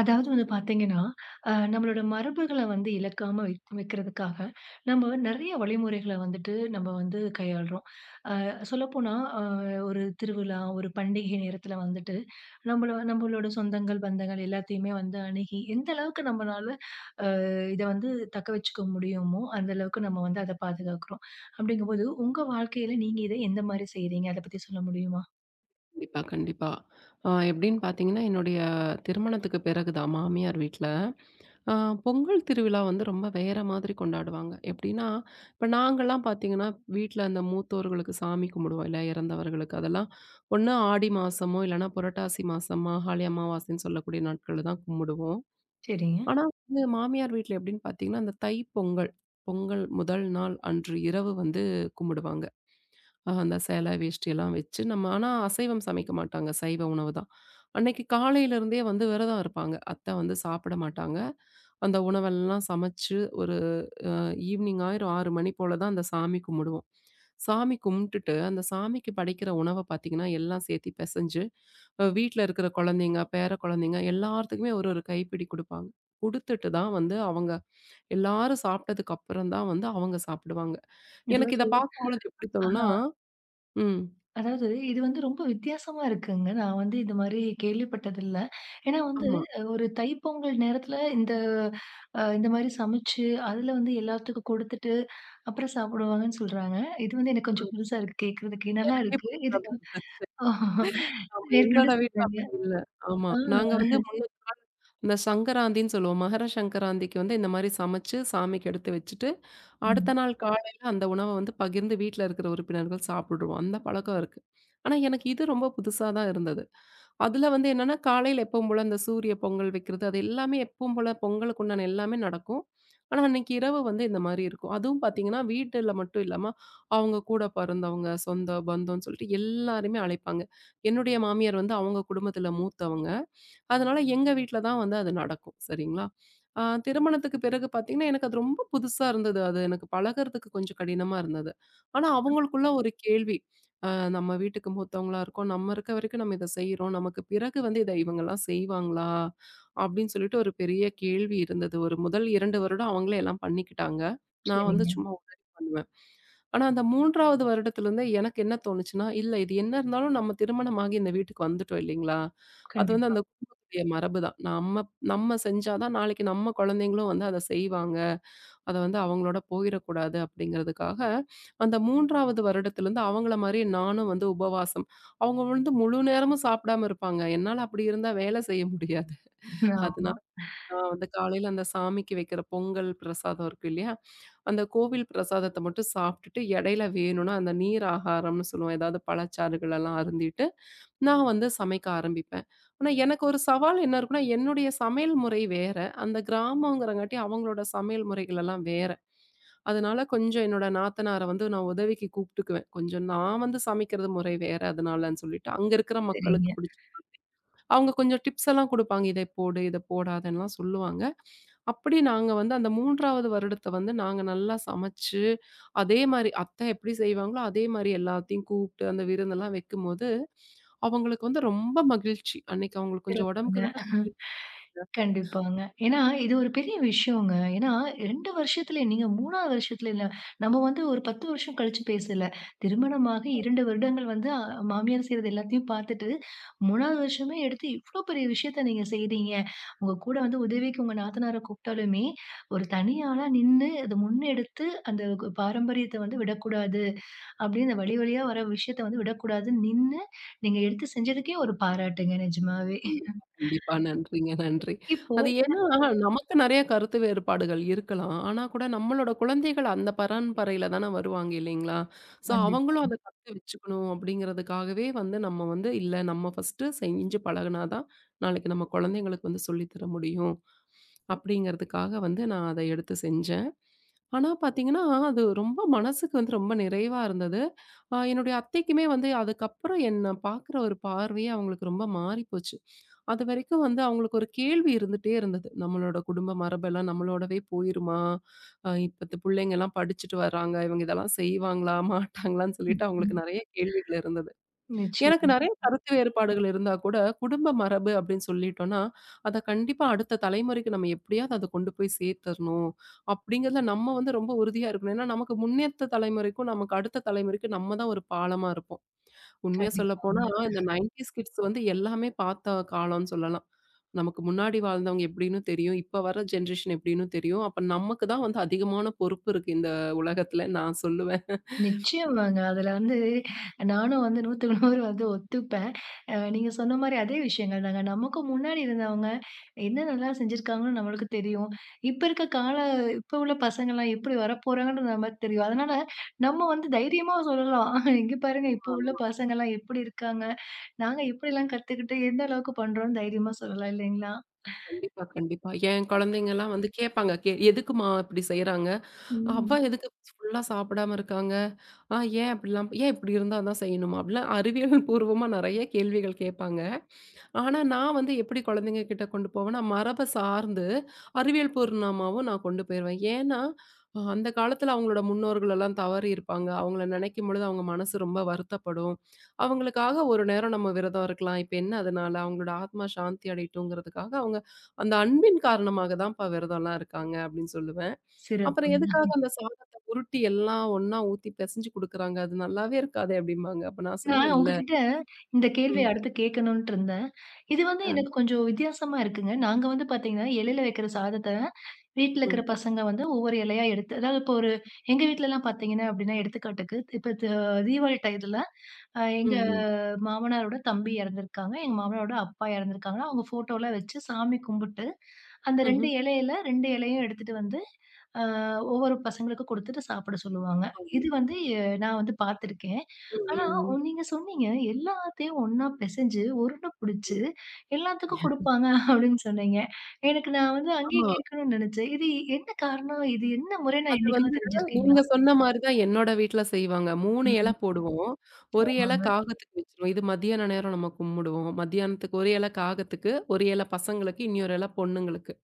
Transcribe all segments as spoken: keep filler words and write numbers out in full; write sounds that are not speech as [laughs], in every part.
அதாவது வந்து பார்த்தீங்கன்னா, அ நம்மளோட மரபுகள வந்து இழக்காம வைக் வைக்கிறதுக்காக, நம்ம நெறைய வழிமுறைகள வந்துட்டு நம்ம வந்து கையாளுறோம். அ சொல்லப்போனா, அ ஒரு திருவிழா, ஒரு பண்டிகை நேரத்தில வந்துட்டு, நம்மள நம்மளோட சொந்தங்கள், பந்தங்கள் எல்லாத்தையுமே வந்து அணுகி, எந்த அளவுக்கு நம்மளால அ இத வந்து தக்க வச்சுக்க முடியுமோ, அந்த அளவுக்கு நம்ம வந்து அத பாதுகாக்கிறோம். அப்படிங்கும்போது, உங்க வாழ்க்கையில நீங்க இத எந்த மாரி செய்றீங்க? அத பத்தி சொல்ல முடியுமா? கண்டிப்பா, கண்டிப்பா. அ எப்படின்னு பார்த்தீங்கன்னா, என்னுடைய திருமணத்துக்கு பிறகு தான் மாமியார் வீட்ல, அ பொங்கல் திருவிழா வந்து ரொம்ப வேற மாதிரி கொண்டாடுவாங்க. எப்படின்னா, இப்ப நாங்கலாம் பார்த்தீங்கன்னா, வீட்ல அந்த மூத்தோர்களுக்கு சாமி கும்பிடுவோம் இல்லையா? இறந்தவர்களுக்கு. அதெல்லாம் ஒண்ணு ஆடி மாசமோ, இல்லைன்னா புரட்டாசி மாசம், மாகாளி அமாவாசைன்னு சொல்லக்கூடிய நாட்கள்ல தான் கும்பிடுவோம். சரிங்க. ஆனா வந்து மாமியார் வீட்ல எப்படின்னு பார்த்தீங்கன்னா, அந்த தைப்பொங்கல், பொங்கல் பொங்கல் முதல் நாள் அன்று இரவு வந்து கும்பிடுவாங்க. அ அந்த சேலை, வேஷ்டியெல்லாம் வச்சு நம்ம ஆனா அசைவம் சமைக்க மாட்டாங்க. சைவ உணவு தான். அன்னைக்கு காலையிலருந்தே வந்து விரதம் இருப்பாங்க. அத்தை வந்து சாப்பிட மாட்டாங்க. அந்த உணவெல்லாம் சமைச்சு ஒரு ஈவினிங் ஆயிரும் ஆறு மணி போல தான் அந்த சாமி கும்பிடுவோம். சாமி கும்பிட்டுட்டு, அந்த சாமிக்கு படைக்கிற உணவ பார்த்தீங்கன்னா, எல்லாம் சேர்த்தி பெசஞ்சு, அ வீட்ல இருக்கிற குழந்தைங்க, பேர குழந்தைங்க எல்லாத்துக்குமே ஒரு ஒரு கைப்பிடி குடுப்பாங்க. குடுத்துட்டு தான் வந்து அவங்க எல்லாரும் சாப்பிட்டதுக்கு அப்புறம் தான் வந்து அவங்க சாப்பிடுவாங்க. எனக்கு இதெல்லாம் இத சொல்லு. பார்க்கும்பொழுது எப்படி தோணும்னா ம். அதாவது இது வந்து ரொம்ப வித்தியாசமா இருக்குங்க. நான் வந்து இந்த மாரி கேள்விப்பட்டதில்ல. ஏன்னா வந்து ஆமா. அஹ், ஒரு தைப்பொங்கல் நேரத்துல இந்த அ இந்த மாரி சமைச்சு, அதுல வந்து எல்லாத்துக்கும் குடுத்துட்டு, அப்புறம் சாப்பிடுவாங்கன்னு சொல்றாங்க. இது வந்து எனக்கு கொஞ்சம் புதுசா இருக்கு கேட்கறதுக்கு. நல்லா இருக்கு. இதுக்கு [laughs] [laughs] ஆஹ், ஆமா, மேற்கொண்டு என்னோட வீட்ல சொல்லுங்க. அப்படி இல்ல. ஆமா. ஆ. நாங்க வந்து முன்ன இந்த சங்கராந்தின்னு சொல்லுவோம். மகர சங்கராந்திக்கு வந்து இந்த மாரி சமைச்சு, சாமிக்கு எடுத்து வச்சுட்டு, ம். அடுத்த நாள் காலையில அந்த உணவ வந்து பகிர்ந்து வீட்ல இருக்கிற உறுப்பினர்கள் சாப்பிடுவோம். அந்த பழக்கம் இருக்கு. ஆனா, எனக்கு இது ரொம்ப புதுசா தான் இருந்தது. அதுல வந்து என்னன்னா, காலையில எப்பவும் போல அந்த சூரிய பொங்கல் வைக்கிறது, அது எல்லாமே எப்பவும் போல பொங்கலுக்கு உண்டான எல்லாமே நடக்கும். ஆனா, அன்னைக்கு இரவு வந்து இந்த மாரி இருக்கும். அதுவும் பார்த்தீங்கன்னா, வீட்டுல மட்டும் இல்லாம, அவங்க கூட பிறந்தவங்க, சொந்த பந்தம்ன்னு சொல்லிட்டு எல்லாருமே அழைப்பாங்க. என்னுடைய மாமியார் வந்து அவங்க குடும்பத்துல மூத்தவங்க. அதனால எங்க வீட்ல தான் வந்து அது நடக்கும். சரிங்களா? அ திருமணத்துக்கு பிறகு பார்த்தீங்கன்னா, எனக்கு அது ரொம்ப புதுசா இருந்தது. அது எனக்கு பழகுறதுக்கு கொஞ்சம் கடினமா இருந்தது. ஆனா அவங்களுக்குள்ள ஒரு கேள்வி. அ நம்ம வீட்டுக்கு மூத்தவங்களா இருக்கோம். நம்ம இருக்க வரைக்கும் நம்ம இத செய்றோம். நமக்கு பிறகு வந்து இத இவங்கலாம் செய்வாங்களா? அப்படின்னு சொல்லிட்டு ஒரு பெரிய கேள்வி இருந்தது. ஒரு முதல் இரண்டு வருடம் அவங்களே எல்லாம் பண்ணிக்கிட்டாங்க. நான் வந்து சரிங்க. சும்மா உதவி பண்ணுவேன். ஆனா, அந்த மூன்றாவது வருடத்திலருந்தே எனக்கு என்ன தோணுச்சுன்னா, இல்ல இது என்ன இருந்தாலும் நம்ம திருமணமாகி இந்த வீட்டுக்கு வந்துட்டோம் இல்லைங்களா? அது வந்து கண்டிப்பா. அந்த குடும்பத்துடைய மரபுதான். நம்ம நம்ம செஞ்சா தான் நாளைக்கு நம்ம குழந்தைங்களும் வந்து அத செய்வாங்க. அத வந்து அவங்களோட போயிறக்கூடாது அப்படிங்கிறதுக்காக, அந்த 3வது வருடத்திலருந்து அவங்கள மாரியே நானும் வந்து உபவாசம். அவங்க வந்து முழு நேரமும் சாப்பிடாம இருப்பாங்க. என்னால அப்படி இருந்தா வேலை செய்ய முடியாது. ஆமா. அதனால ஆ அந்த காலையில அந்த சாமிக்கு வைக்கிற பொங்கல் பிரசாதம் இருக்கு இல்லையா? அந்த கோவில் பிரசாதத்த மட்டும் சாப்பிட்டுட்டு, இடையில வேணும்னா அந்த நீர் ஆகாரம்னு சொல்லுவோம். ஏதாவது பழச்சாறுகள் எல்லாம் அருந்திட்டு, நான் வந்து சமைக்க ஆரம்பிப்பேன். ஆனா எனக்கு ஒரு சவால் என்ன இருக்குன்னா, என்னுடைய சமையல் முறை வேற. அந்த கிராமங்கிறங்காட்டி அவங்களோட சமையல் முறைகள் எல்லாம் வேற. அதனால கொஞ்சம் என்னோட நாத்தனார வந்து நான் உதவிக்கு கூப்பிட்டுக்குவேன். கொஞ்சம் நான் வந்து சமைக்கிறது முறை வேற அதனாலன்னு சொல்லிட்டு, அங்க இருக்கிற சரிங்க. மக்களுக்கு பிடிச்ச அவங்க கொஞ்சம் டிப்ஸ் எல்லாம் குடுப்பாங்க. இதை போடு, இதை போடாதன்னுலாம் சொல்லுவாங்க. அப்படி நாங்க வந்து அந்த மூன்றாவது வருடத்த வந்து நாங்க நல்லா சமைச்சு, அதே மாரி அத்தை எப்படி செய்வாங்களோ, அதே மாரி எல்லாத்தையும் கூப்பிட்டு அந்த விருந்தெல்லாம் வைக்கும்போது, அவங்களுக்கு வந்து ரொம்ப மகிழ்ச்சி. அன்னைக்கு அவங்களுக்கு கொஞ்சம் சிறப்புங்க. உடம்புக்கு வேற சரியில்ல. கண்டிப்பாங்க. ஏன்னா, இது ஒரு பெரிய விஷயங்க. ஏன்னா இரண்டு வருஷத்துல நீங்க மூன்றாவது வருஷத்துல இல்ல. நம்ம வந்து ஒரு பத்து வருஷம் கழிச்சு பேசல. திருமணமாகி இரண்டு வருடங்கள் வந்து அ மாமியார் செய்றது எல்லாத்தையும் பார்த்துட்டு, மூன்றாவது வருஷமே எடுத்து இவ்ளோ பெரிய விஷயத்த நீங்க செய்றீங்க. உங்க கூட வந்து உதவிக்கு உங்க நாத்தனார கூப்பிட்டாலுமே, ஒரு தனி ஆளா நின்னு அத முன்னெடுத்து அந்த கு பாரம்பரியத்த வந்து விடக்கூடாது. அப்படின்னு அந்த வழி வழியா வர விஷயத்த வந்து விடக்கூடாதுன்னு நின்னு, நீங்க எடுத்து செஞ்சதுக்கே ஒரு பாராட்டுங்க நிஜமாவே. கண்டிப்பா, கண்டிப்பா. நன்றிங்க, நன்றி. இப்போ அது ஏன்னா, நமக்கு நெறைய கருத்து வேறுபாடுகள் இருக்கலாம். ஆனா கூட நம்மளோட குழந்தைகள் அந்த பரம்பரையில தான வருவாங்க இல்லைங்களா? ஸோ, கண்டிப்பா. அவங்களும் அத கத்து வச்சுக்கணும் அப்படிங்கிறதுக்காகவே வந்து நம்ம வந்து, இல்ல நம்ம ஃபர்ஸ்ட்டு செஞ்சு பழகுனா தான், நாளைக்கு நம்ம குழந்தைங்களுக்கு வந்து சொல்லி தர முடியும். அப்படிங்கிறதுக்காக வந்து நான் அத எடுத்து செஞ்சேன். ஆனா பார்த்தீங்கன்னா, அது ரொம்ப மனசுக்கு வந்து ரொம்ப நிறைவா இருந்தது. அ என்னுடைய அத்தைக்குமே வந்து அதுக்கப்புறம் என்ன பார்க்குற ஒரு பார்வையே அவங்களுக்கு ரொம்ப மாறிப்போச்சு. அதுவரைக்கும் வந்து அவங்களுக்கு ஒரு கேள்வி இருந்துட்டே இருந்தது. நம்மளோட குடும்ப மரபெல்லாம் நம்மளோடவே போயிருமா? அ இப்பத்த புள்ளைங்கலாம் படிச்சுட்டு வராங்க. இவங்க இதெல்லாம் செய்வாங்களா? [laughs] மாட்டாங்களான்னு சொல்லிட்டு அவங்களுக்கு ம். நெறைய கேள்விகள் இருந்தது. எனக்கு நிச்சயமா. நெறைய கருத்து வேறுபாடுகள் இருந்தா கூட, குடும்ப மரபு அப்படின்னு சொல்லிட்டோம்னா, அத கண்டிப்பா அடுத்த தலைமுறைக்கு நம்ம எப்படியாவது அத கொண்டு போய் சேர்த்தரணும். அப்படிங்கிறதுல நம்ம வந்து ரொம்ப உறுதியா இருக்கணும். ஏன்னா நமக்கு முன்னேத்த தலைமுறைக்கும், நமக்கு அடுத்த தலைமுறைக்கும் நம்ம தான் ஒரு பாலமா இருப்போம். உண்மையா சொல்லப்போனா, கண்டிப்பாங்க. இந்த தொண்ணூறு கிட்ஸ் வந்து எல்லாமே பார்த்த காலம்னு சொல்லலாம். நமக்கு முன்னாடி வாழ்ந்தவங்க எப்படின்னு தெரியும். இப்ப வர ஜெனரேஷன் எப்படின்னு தெரியும். அப்ப நமக்கு தான் வந்து அதிகமான பொறுப்பு இருக்கு இந்த உலகத்துல நான் சொல்லுவேன். நிச்சயமாங்க. அதுல வந்து நானும் வந்து 100க்கு நூறு வந்து ஒத்துப்பேன். அ நீங்க சொன்ன மாரி அதே விஷயங்கள் தாங்க. நமக்கு முன்னாடி இருந்தவங்க என்ன நல்லா செஞ்சிருக்காங்கன்னு நம்மளுக்கு தெரியும். இப்ப இருக்க கால இப்ப உள்ள பசங்கலாம் எப்படி வரப்போறாங்கன்னு நமக்கு தெரியும். அதனால நம்ம வந்து தைரியமா சொல்லலாம். இங்க பாருங்க இப்போ உள்ள ஆமா. பசங்கலாம் எப்படி இருக்காங்க. நாங்க எப்படிலாம் கத்துக்கிட்டு எந்த அளவுக்கு பண்றோம்னு தைரியமா சொல்லலாம் இல்லைங்களா? கண்டிப்பா, கண்டிப்பா. என் குழந்தைங்கலாம் வந்து கேட்பாங்க. கே எதுக்கும்மா இப்படி செய்றாங்க? அவ ம். எதுக்கு ஃபுல்லா சாப்பிடாம இருக்காங்க? ஆ ஏன் அப்படிலாம் ஏன் இப்படி இருந்தா தான் செய்யணுமா? அப்படிலாம் அறிவியல் பூர்வமா நெறைய கேள்விகள் கேட்பாங்க. ஆனா, நான் வந்து எப்படி குழந்தைங்க கிட்ட கொண்டு போவேன்னா, மரப சார்ந்து அறிவியல் பூர்ணமாவும் நான் கொண்டு போயிருவேன். ஏன்னா, அ அந்த காலத்துல அவங்களோட முன்னோர்கள் எல்லாம் தவறியிருப்பாங்க. அவங்கள நினைக்கும் பொழுது அவங்க மனசு ரொம்ப வருத்தப்படும். அவங்களுக்காக ஒரு நேரம் நம்ம விரதம் இருக்கலாம். இப்ப என்ன அதனால? அவங்களோட ஆத்மா சாந்தி அடையட்டுங்கிறதுக்காக அவங்க அந்த அன்பின் காரணமாக தான்ப்பா விரதம்லாம் இருக்காங்க அப்படின்னு சொல்லுவேன். அப்புறம் சிறப்புங்க. எதுக்காக அந்த சாதத்த உருட்டி எல்லாம் ஒண்ணா ஊத்தி பெசஞ்சு குடுக்குறாங்க? அது நல்லாவே இருக்காதே! அப்டிம்பாங்க. அப்ப நான் சொல்லுவேன், நான் இல்ல. உங்ககிட்ட இந்த ம். கேள்விய அடுத்து கேட்கணுன்ட்டு இருந்தேன். இது வந்து அ. எனக்கு கொஞ்சம் வித்தியாசமா இருக்குங்க. நாங்க வந்து பார்த்தீங்கன்னா, இலையில வைக்கிற சாதத்த வீட்ல இருக்கிற ம். பசங்க வந்து ஒவ்வொரு இலையா எடுத்து அதாவது இப்போ ஒரு எங்க வீட்லலாம் பார்த்தீங்கன்னா, அப்படின்னா எடுத்துக்காட்டுக்கு, இப்ப த தீபாவளி டயத்துல அ ம். எங்க ம். மாமனாரோட தம்பி இறந்திருக்காங்க. எங்க மாமனாரோட அப்பா இறந்திருக்காங்க. அவங்க ஃபோட்டோலாம் வச்சு சாமி கும்பிட்டு, அந்த ரெண்டு ம்ஹ்ம். இலையில ரெண்டு இலையும் எடுத்துட்டு வந்து, அ ஒவ்வொரு பசங்களுக்கும் குடுத்துட்டு சாப்பிட சொல்லுவாங்க. ஆமா. இது வந்து அஹ், நான் வந்து பார்த்துருக்கேன். ம். ஆனா ம். ம். ஒ- நீங்க சொன்னீங்க, எல்லாத்தையும் ஒண்ணா பெசஞ்சு, உருண்டை புடிச்சு ம். எல்லாத்துக்கும் குடுப்பாங்க அப்படின்னு சொன்னீங்க. எனக்கு நான் வந்து அங்கேயே ஆமா. கேட்கணும்னு நெனச்சேன். இது என்ன காரணம்? இது என்ன முறைன்னு அது என்னைக்காவது வந்து தெரிஞ்சிருக்கீங்களா? நீங்க சொன்ன மாரி தான் என்னோட வீட்ல செய்வாங்க. மூணு இல ம். போடுவோம். ஒரு இல ஆமாங்க. காகத்துக்கு வச்சுருவோம். இது மத்தியான நேரம் நம்ம கும்பிடுவோம். மத்தியானத்துக்கு ஒரு இல காகத்துக்கு, ஒரு இல பசங்களுக்கு, இன்னொரு இல பொண்ணுங்களுக்கு.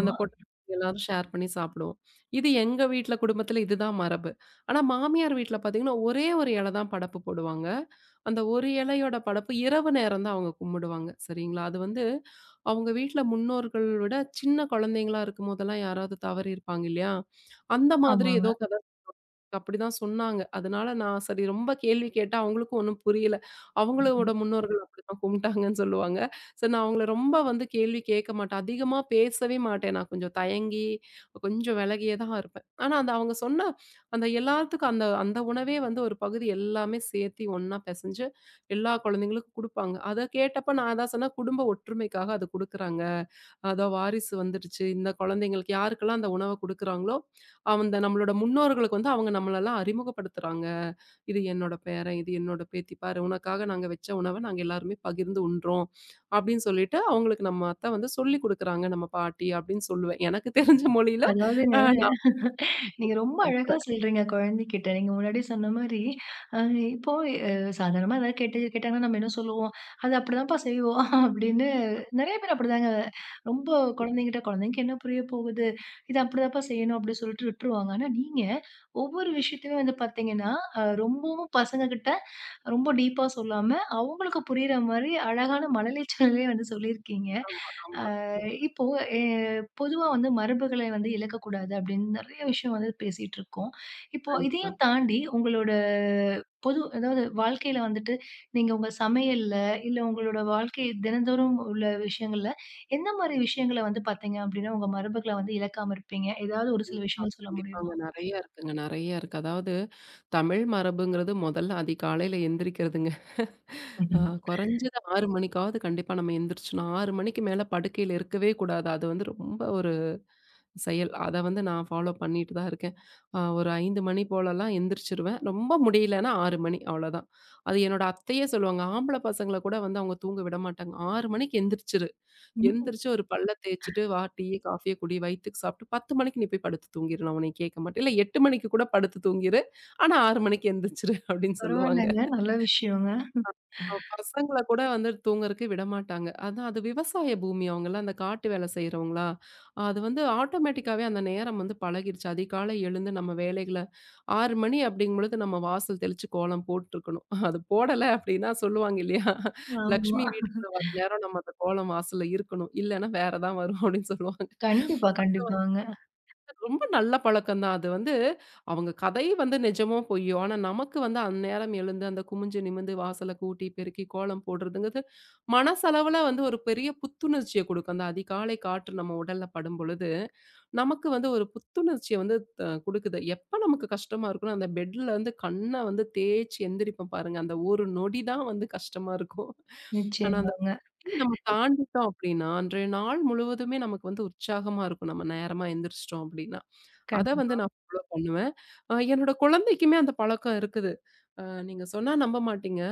அந்த பொட்டு எல்லாரும் ஷேர் பண்ணி சாப்பிடுவோம். இது எங்க வீட்ல குடும்பத்தில இதுதான் மரபு. ஆனா மாமியார் வீட்ல பார்த்தீங்கன்னா, ஒரே ஒரு இல தான் படப்பு போடுவாங்க. அந்த ஒரு இலையோட படப்பு இரவு நேரம் தான் அவங்க கும்பிடுவாங்க. சரிங்களா? அது வந்து அவங்க வீட்ல முன்னோர்கள் விட சின்ன குழந்தைங்களா இருக்கும்போதெல்லாம் யாராவது தவறியிருப்பாங்க இல்லையா? அந்த மாதிரி ஆமாங்க. ஏதோ கதை அப்படிதான் சொன்னாங்க. அதனால நான் சரி ரொம்ப கேள்வி கேட்டா அவங்களுக்கும் ஒண்ணும் புரியல. ம். அவங்களோட முன்னோர்கள் அப்படிதான் கும்பிட்டாங்கன்னு சொல்லுவாங்க. சரி நான் அவங்கள ரொம்ப வந்து கேள்வி கேட்க மாட்டேன். அதிகமா பேசவே மாட்டேன். நான் கொஞ்சம் தயங்கி, கொஞ்சம் விலகியே தான் இருப்பேன். ஆனா அந்த அவங்க சொன்ன அந்த எல்லாத்துக்கும் அந்த அந்த உணவே வந்து ஒரு பகுதி எல்லாமே சேர்த்தி ஒண்ணா பிசைஞ்சு எல்லா குழந்தைங்களுக்கும் குடுப்பாங்க. அத கேட்டப்ப நான் அதான் சொன்னேன், குடும்ப ஒற்றுமைக்காக அது குடுக்குறாங்க. அதான் வாரிசு வந்துடுச்சு. இந்த குழந்தைங்களுக்கு யாருக்கெல்லாம் அந்த உணவ குடுக்குறாங்களோ, அந்த நம்மளோட முன்னோர்களுக்கு வந்து அவங்க நம்மளெல்லாம் அறிமுகப்படுத்துறாங்க. "இது என்னோட பேரன், இது என்னோட பேத்தி. பாரு உனக்காக நாங்க வச்ச உணவ நாங்க எல்லாருமே பகிர்ந்து உண்றோம்." அப்படின்னு சொல்லிட்டு அவங்களுக்கு நம்ம அத்தை வந்து சொல்லிக் குடுக்குறாங்க, நம்ம பாட்டி அப்படின்னு சொல்லுவேன். எனக்கு தெரிஞ்ச மொழியில அதாவது அ நான் நீங்க ரொம்ப அழகா பண்றேன். சொல்றீங்க குழந்தைகிட்ட. நீங்க முன்னாடியே சொன்ன மாரி, அ இப்போ அ சாதாரணமா ஏதாவது கேட்டு கேட்டாங்கன்னா நம்ம என்ன சொல்லுவோம்? "அது அப்படிதான்ப்பா செய்வோம்" [laughs] அப்படின்னு நெறைய பேர் அப்படிதாங்க. ரொம்ப குழந்தைங்கிட்ட "குழந்தைக்கு என்ன புரிய போகுது? இது அப்படிதான்ப்பா செய்யணும்" அப்படின்னு சொல்லிட்டு விட்டுருவாங்க. ஆனா நீங்க ஒவ்வொரு விஷயத்தையுமே வந்து பார்த்தீங்கன்னா, அ ரொம்பவும் பசங்ககிட்ட ரொம்ப டீப்பா சொல்லாம, அவங்களுக்கு புரியிற மாரி அழகான மழலை சொல்லே வந்து சொல்லியிருக்கீங்க. ஆமா, அ ஆமா. இப்போ எ பொதுவா வந்து மரபுகளை வந்து இழக்கக்கூடாது அப்படின்னு நெறைய விஷயம் வந்து பேசிட்டு இருக்கோம். இப்போ கண்டிப்பா. இதையும் தாண்டி உங்களோட பொது அதாவது வாழ்க்கையில வந்துட்டு நீங்க உங்க சமையல்ல, இல்ல உங்களோட வாழ்க்கை தினந்தோறும் உள்ள விஷயங்கள்ல எந்த மாரி விஷயங்கள வந்து பார்த்தீங்க அப்படின்னா, உங்க மரபுகள வந்து இழக்காம இருப்பீங்க? ஏதாவது ஒரு சில ஆ விஷயங்கள் சொல்ல கண்டிப்பாங்க. முடியுமா? நெறைய இருக்குங்க. நெறைய இருக்கு. அதாவது தமிழ் மரபுங்கிறது முதல்ல அதிகாலையில எந்திரிக்கிறதுங்க. ஆ ம்ஹ்ம். குறைஞ்சது ஆறு மணிக்காவது கண்டிப்பா நம்ம எந்திரிச்சுணும். ஆறு மணிக்கு மேல படுக்கையில இருக்கவே கூடாது. அது வந்து ரொம்ப ஒரு செயல். அத வந்து நான் ஃபாலோ பண்ணிட்டு தான் இருக்கேன். அ ஒரு ஐந்து மணி போலலாம் எந்திரிச்சுருவேன். ரொம்ப முடியலன்னா ஆறு மணி அவ்வளோதான். அது என்னோட அத்தையே சொல்லுவாங்க. ஆம்பள பசங்கள கூட வந்து அவங்க தூங்க விட மாட்டாங்க. ஆறு மணிக்கு எந்திரிச்சிரு. ம். எந்திரிச்சு ஒரு பல்ல தேய்ச்சுட்டு வா டீ, காஃபிய குடி, வயித்துக்கு சாப்பிட்டு பத்து மணிக்கு நீ போய் படுத்து தூங்கிரு. நான் உன்னைய கேட்க மாட்டேன். இல்ல எட்டு மணிக்கு கூட படுத்து தூங்கிரு. ஆனா ஆறு மணிக்கு எந்திரிச்சிரு அப்படின்னு சொல்லுவாங்க. பரவாயில்லங்க. நல்ல விஷயங்க. அவ் பசங்கள கூட வந்து தூங்கறக்கு விடமாட்டாங்க. அதான் அது விவசாய பூமி அவங்கலாம், அந்த காட்டு வேல செய்றவங்களா, அது வந்து ஆட்டோமேட்டிக்காவே அந்த நேரம் வந்து பழகிருச்சு. அதிகாலை எழுந்து நம்ம வேலைகள ஆறு மணி அப்படிங்கும்பொழுது நம்ம வாசல் தெளிச்சு கோலம் போட்டுருக்கணும். அது போடல அப்படின்னா சொல்லுவாங்க இல்லையா? ஆமா. "லக்ஷ்மி வீட்டுக்குள்ள வர நேரம் நம்ம அந்த கோலம் வாசல்ல இருக்கணும். இல்லன்னா வேற தான் வரும்" அப்படின்னு சொல்லுவாங்க. கண்டிப்பா, கண்டிப்பாங்க. ரொம்ப நல்ல பழக்கம் தான். அது வந்து அவங்க கதை வந்து நிஜமோ பொய்யோ, ஆனா நமக்கு வந்து அந்நேரம் எழுந்து அந்த குமிஞ்சு நிமிர்ந்து வாசல கூட்டி, பெருக்கி, கோலம் போடுறதுங்கிறது மனசளவுல வந்து ஒரு பெரிய புத்துணர்ச்சிய குடுக்கும். அந்த அதிகாலை காற்று நம்ம உடல்ல படும்பொழுது, நமக்கு வந்து ஒரு புத்துணர்ச்சிய வந்து த குடுக்குது. எப்ப நமக்கு கஷ்டமா இருக்குன்னா, அந்த பெட்ல வந்து கண்ண வந்து தேய்ச்சு எந்திரிப்போம் பாருங்க. அந்த ஒரு நொடி தான் வந்து கஷ்டமா இருக்கும். ஆனா அந்த நிச்சயமாங்க. நொடிய நம்ம தாண்டிட்டோம் அப்டின்னா, அன்றைய நாள் முழுவதுமே நமக்கு வந்து உற்சாகமா இருக்கும். நம்ம நேரமா எந்திரிச்சிட்டோம் அப்டின்னா. அத வந்து கண்டிப்பா. நான் ஃபாலோ பண்ணுவேன். அ என்னோட குழந்தைக்குமே அந்த பழக்கம் இருக்குது. அ நீங்க சொன்னா நம்ப மாட்டீங்க.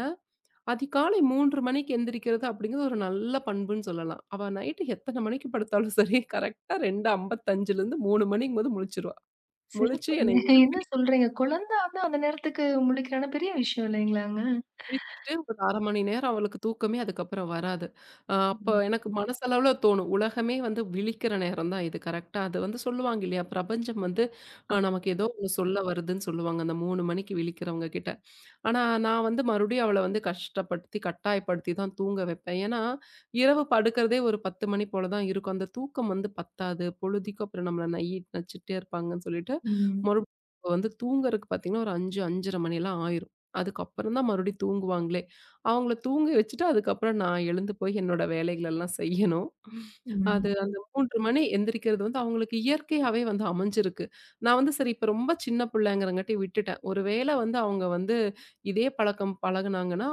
அதிகாலை மூன்று மணிக்கு எந்திரிக்கிறது அப்படிங்கிறது ஒரு நல்ல பண்புன்னு சொல்லலாம். அவ நைட்டு எத்தன மணிக்கு படுத்தாலும் சரி, கரெக்ட்டா 2:55லருந்து மூணு மணிக்கும்போது முழிச்சுருவா. முழிச்சு சிறப்புங்க. என்னை என்ன எழுப்பி சொல்றீங்க? குழந்த வந்து அந்த நேரத்துக்கு முழிக்கிறான்னா பெரிய விஷயம் இல்லைங்களாங்க? குளிச்சுட்டு ஒரு அரை மணி நேரம் அவளுக்கு தூக்கமே அதுக்கப்புறம் வராது. அ அப்ப ம். எனக்கு மனசளவுல தோணும். உலகமே வந்து விழிக்கிற நேரம் தான் இது கரெக்ட்டா. அது வந்து சொல்லுவாங்க இல்லையா? பிரபஞ்சம் வந்து அ நமக்கு ஏதோ ஒண்ணு சொல்ல வருதுன்னு சொல்லுவாங்க. அந்த மூணு மணிக்கு விழிக்கிறவங்க கிட்ட. ஆனா, நான் வந்து மறுபடியும் அவள வந்து கஷ்டப்படுத்தி, கட்டாயப்படுத்தி தான் தூங்க வைப்பேன். ஏன்னா, இரவு படுக்கிறதே ஒரு பத்து மணி போல தான் இருக்கும். அந்த தூக்கம் வந்து பத்தாது. பொழுதிக்கும் அப்புறம் நம்மள நை நச்சுட்டே இருப்பாங்கன்னு சொல்லிட்டு, ம். மறுபடியும் அவ வந்து தூங்குறதுக்கு பார்த்தீங்கன்னா, ஒரு ஐந்து, ஐந்து முப்பது மணிலாம் ஆயிரும். அதுக்கப்புறம் தான் மறுபடியும் தூங்குவாங்களே. அவங்கள தூங்க வச்சுட்டு, அதுக்கப்புறம் நான் எழுந்து போய் என்னோட வேலைகளெல்லாம் செய்யணும். அது ம். அந்த மூன்று மணி எந்திரிக்கிறது வந்து அவங்களுக்கு இயற்கையாவே வந்து அமைஞ்சிருக்கு. நான் வந்து சரி இப்ப ரொம்ப சின்ன பிள்ளைங்கிறங்காட்டி விட்டுட்டேன். ஒரு வேளை வந்து அவங்க வந்து இதே பழக்கம் பழகுனாங்கன்னா,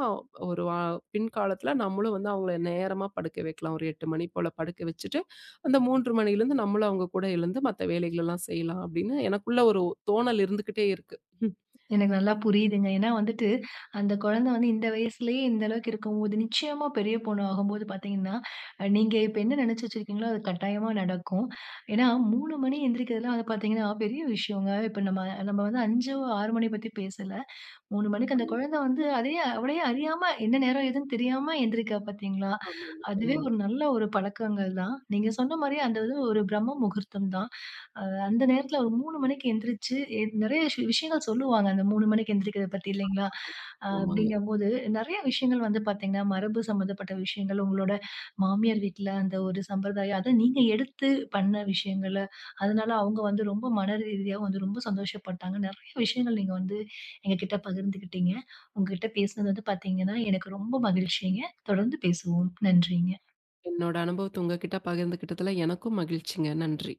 ஒரு வா பின்காலத்தில நம்மளும் வந்து அவங்கள நேரமா படுக்க வைக்கலாம். ஒரு எட்டு மணி போல படுக்க வச்சுட்டு, அந்த மூன்று மணிலேருந்து நம்மளும் அவங்க கூட எழுந்து மத்த வேலைகளெல்லாம் செய்யலாம் அப்படின்னு எனக்குள்ள ஒரு தோணல் இருந்துகிட்டே இருக்கு. எனக்கு நல்லா புரியுதுங்க. ஏன்னா வந்துட்டு, அந்த குழந்தை வந்து இந்த வயசுலயே இந்த அளவுக்கு இருக்கும்போது, நிச்சயமா பெரிய பொண்ணு ஆகும்போது பார்த்தீங்கன்னா, அ நீங்க இப்ப என்ன நினைச்சு வச்சிருக்கீங்களோ, அது கட்டாயமா நடக்கும். ஏன்னா மூன்று மணி எந்திரிக்கிறதுலாம் வந்து பார்த்தீங்கன்னா, பெரிய விஷயங்க. இப்ப நம்ம நம்ம வந்து ஐந்து, ஆறு மணி பத்தி பேசல. மூன்று மணிக்கு அந்த ஆமா, குழந்தை வந்து, அதையே அவளையே அறியாம என்ன நேரம் ஏதுன்னு தெரியாம எந்திரிக்கா பார்த்தீங்களா? ஆமாங்க, அதுவே ஆமா, ஒரு நல்ல ஒரு பழக்கங்கள் தான். நீங்க சொன்ன மாரியே அந்த இது ஒரு பிரம்ம முகூர்த்தம் தான். அ அந்த நேரத்துல ஒரு மூன்று மணிக்கு எந்திரிச்சு எ நெறைய விஷ விஷயங்கள் சொல்லுவாங்க. அந்த மூன்று மணிக்கு எந்திரிக்கிறத பத்தி இல்லைங்களா? அ ஆமாங்க. அப்படிங்கும்போது நெறைய விஷயங்கள் வந்து பாத்தீங்கன்னா, மரபு சம்பந்தப்பட்ட விஷயங்கள், உங்களோட மாமியார் வீட்ல அந்த ஒரு சம்பிரதாயம், அத நீங்க எடுத்து பண்ண விஷயங்கள, அதனால அவங்க வந்து ரொம்ப மன ரீதியா வந்து ரொம்ப சந்தோஷப்பட்டாங்க. நெறைய விஷயங்கள் நீங்க வந்து எங்ககிட்ட பகிர்ந்துக்கிட்டீங்க. உங்ககிட்ட பேசுனது வந்து பாத்தீங்கன்னா, எனக்கு ரொம்ப மகிழ்ச்சிங்க. தொடர்ந்து பேசுவோம். நன்றிங்க. என்னோட அனுபவத்த உங்ககிட்ட பகிர்ந்துக்கிட்டதுல எனக்கும் மகிழ்ச்சிங்க. நன்றி.